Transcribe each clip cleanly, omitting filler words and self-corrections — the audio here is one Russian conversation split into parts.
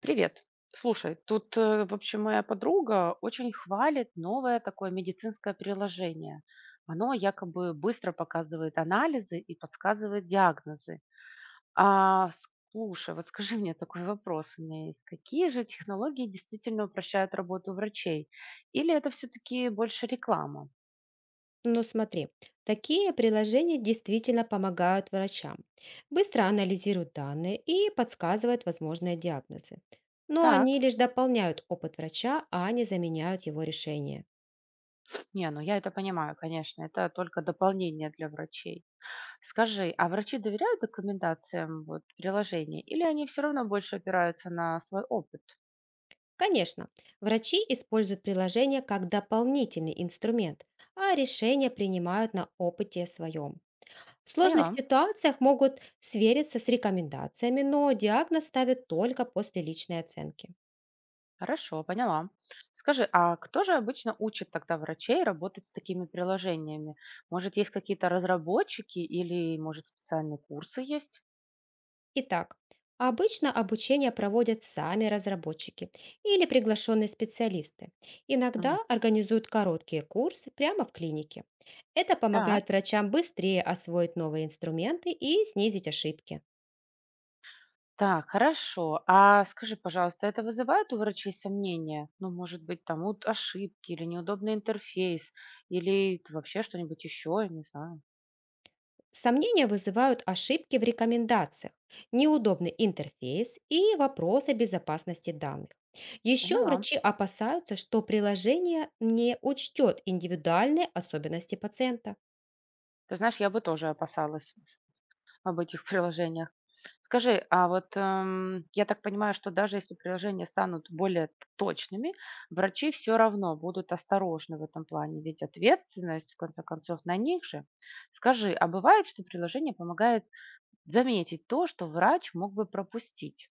Привет. Слушай, тут, в общем, моя подруга очень хвалит новое такое медицинское приложение. Оно якобы быстро показывает анализы и подсказывает диагнозы. А слушай, вот скажи мне такой вопрос у меня есть. Какие же технологии действительно упрощают работу врачей? Или это все-таки больше реклама? Ну смотри, такие приложения действительно помогают врачам. Быстро анализируют данные и подсказывают возможные диагнозы. Но Так, они лишь дополняют опыт врача, а не заменяют его решение. не, ну я это понимаю, конечно, это только дополнение для врачей. Скажи, а врачи доверяют рекомендациям вот, приложений или они все равно больше опираются на свой опыт? Конечно, врачи используют приложение как дополнительный инструмент, а решения принимают на опыте своем. В сложных Поняла. ситуациях могут свериться с рекомендациями, но диагноз ставят только после личной оценки. Хорошо, поняла. Скажи, а кто же обычно учит тогда врачей работать с такими приложениями? Может, есть какие-то разработчики или, может, специальные курсы есть? Итак, обычно обучение проводят сами разработчики или приглашенные специалисты. М. Иногда организуют короткие курсы прямо в клинике. Это Так, помогает врачам быстрее освоить новые инструменты и снизить ошибки. так, хорошо. А скажи, пожалуйста, это вызывает у врачей сомнения? Ну, может быть, там вот ошибки или неудобный интерфейс, или вообще что-нибудь еще, я не знаю. Сомнения вызывают ошибки в рекомендациях, неудобный интерфейс и вопросы безопасности данных. Еще Поняла. врачи опасаются, что приложение не учтет индивидуальные особенности пациента. Ты знаешь, я бы тоже опасалась об этих приложениях. Скажи, а вот, я так понимаю, что даже если приложения станут более точными, врачи все равно будут осторожны в этом плане, ведь ответственность, в конце концов, на них же. Скажи, а бывает, что приложение помогает заметить то, что врач мог бы пропустить?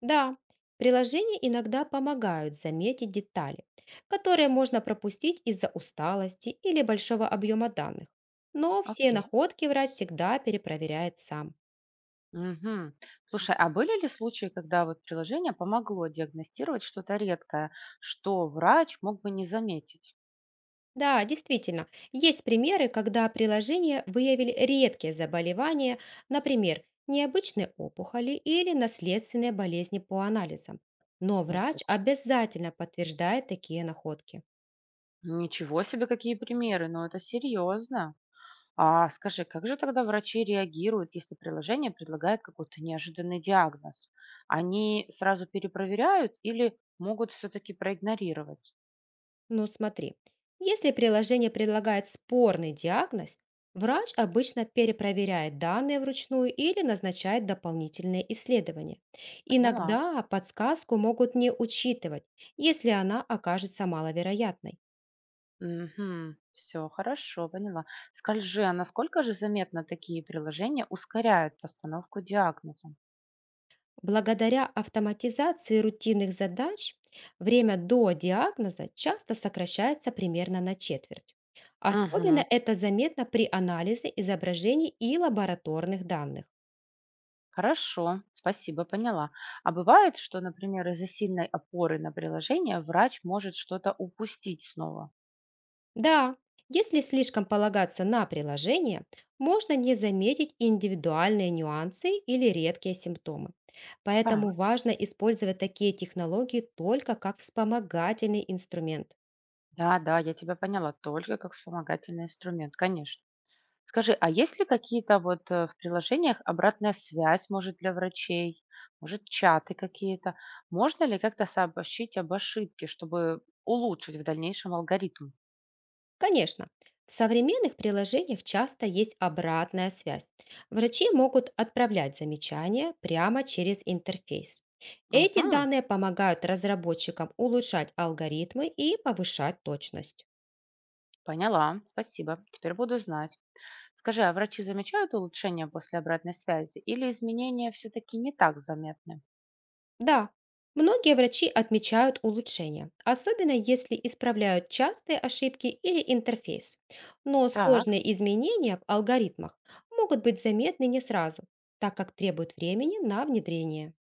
Да, приложения иногда помогают заметить детали, которые можно пропустить из-за усталости или большого объема данных. Но все Окей. находки врач всегда перепроверяет сам. Мгм. Слушай, а были ли случаи, когда вот приложение помогло диагностировать что-то редкое, что врач мог бы не заметить? Да, действительно, есть примеры, когда приложения выявили редкие заболевания, например, необычные опухоли или наследственные болезни по анализам. Но Ну, врач обязательно подтверждает такие находки. ничего себе, какие примеры, но это серьезно. А скажи, как же тогда врачи реагируют, если приложение предлагает какой-то неожиданный диагноз? Они сразу перепроверяют или могут все-таки проигнорировать? Ну смотри, если приложение предлагает спорный диагноз, врач обычно перепроверяет данные вручную или назначает дополнительные исследования. Поняла. Иногда подсказку могут не учитывать, если она окажется маловероятной. Угу. Все хорошо, поняла. Скажи, а насколько же заметно такие приложения ускоряют постановку диагноза? Благодаря автоматизации рутинных задач время до диагноза часто сокращается примерно на четверть. Угу. Особенно это заметно при анализе изображений и лабораторных данных. Хорошо, спасибо, поняла. А бывает, что, например, из-за сильной опоры на приложение врач может что-то упустить снова? Да, если слишком полагаться на приложение, можно не заметить индивидуальные нюансы или редкие симптомы. Поэтому Так, важно использовать такие технологии только как вспомогательный инструмент. да, да, я тебя поняла, только как вспомогательный инструмент, конечно. Скажи, а есть ли какие-то вот в приложениях обратная связь, может, для врачей, может, чаты какие-то? Можно ли как-то сообщить об ошибке, чтобы улучшить в дальнейшем алгоритм? Конечно, в современных приложениях часто есть обратная связь. Врачи могут отправлять замечания прямо через интерфейс. Эти Угу, данные помогают разработчикам улучшать алгоритмы и повышать точность. поняла, спасибо, теперь буду знать. Скажи, а врачи замечают улучшения после обратной связи или изменения все-таки не так заметны? Да, многие врачи отмечают улучшения, особенно если исправляют частые ошибки или интерфейс. Но Так, сложные изменения в алгоритмах могут быть заметны не сразу, так как требуют времени на внедрение.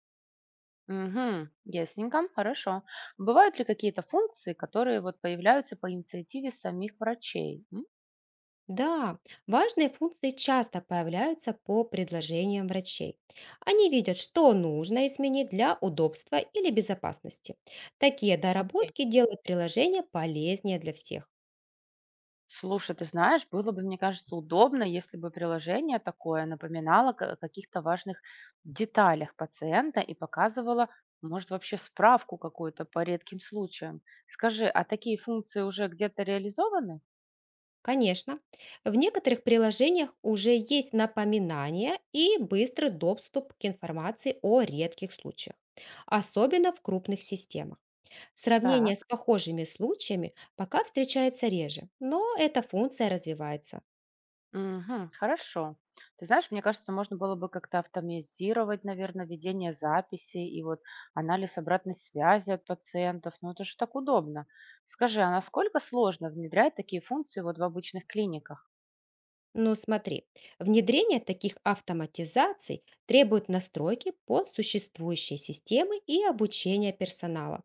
угу, ясненько, хорошо. Бывают ли какие-то функции, которые вот появляются по инициативе самих врачей? М. Да, важные функции часто появляются по предложениям врачей. Они видят, что нужно изменить для удобства или безопасности. Такие Окей. доработки делают приложение полезнее для всех. Слушай, ты знаешь, было бы, мне кажется, удобно, если бы приложение такое напоминало о каких-то важных деталях пациента и показывало, может, вообще справку какую-то по редким случаям. Скажи, а такие функции уже где-то реализованы? Конечно. В некоторых приложениях уже есть напоминания и быстрый доступ к информации о редких случаях, особенно в крупных системах. Так. Сравнение с похожими случаями пока встречается реже, но эта функция развивается. Мгм. Хорошо. Ты знаешь, мне кажется, можно было бы как-то автоматизировать, наверное, ведение записей и вот анализ обратной связи от пациентов. Ну, это же так удобно. Скажи, а насколько сложно внедрять такие функции вот в обычных клиниках? Но смотри, внедрение таких автоматизаций требует настройки под существующие системы и обучения персонала.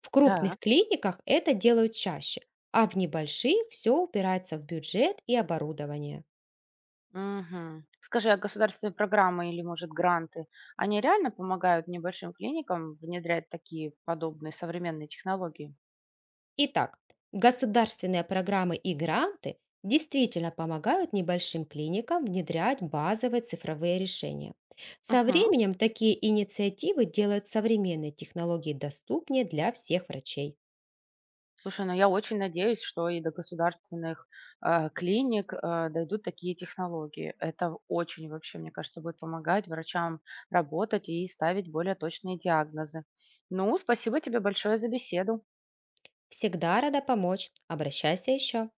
В крупных Так. клиниках это делают чаще, а в небольших все упирается в бюджет и оборудование. Мгм. Скажи, а государственные программы или, может, гранты, они реально помогают небольшим клиникам внедрять такие подобные современные технологии? Итак, государственные программы и гранты действительно помогают небольшим клиникам внедрять базовые цифровые решения. Со Мгм. временем такие инициативы делают современные технологии доступнее для всех врачей. Слушай, ну я очень надеюсь, что и до государственных, клиник, дойдут такие технологии. Это очень вообще, мне кажется, будет помогать врачам работать и ставить более точные диагнозы. Ну, спасибо тебе большое за беседу. Всегда рада помочь. Обращайся еще.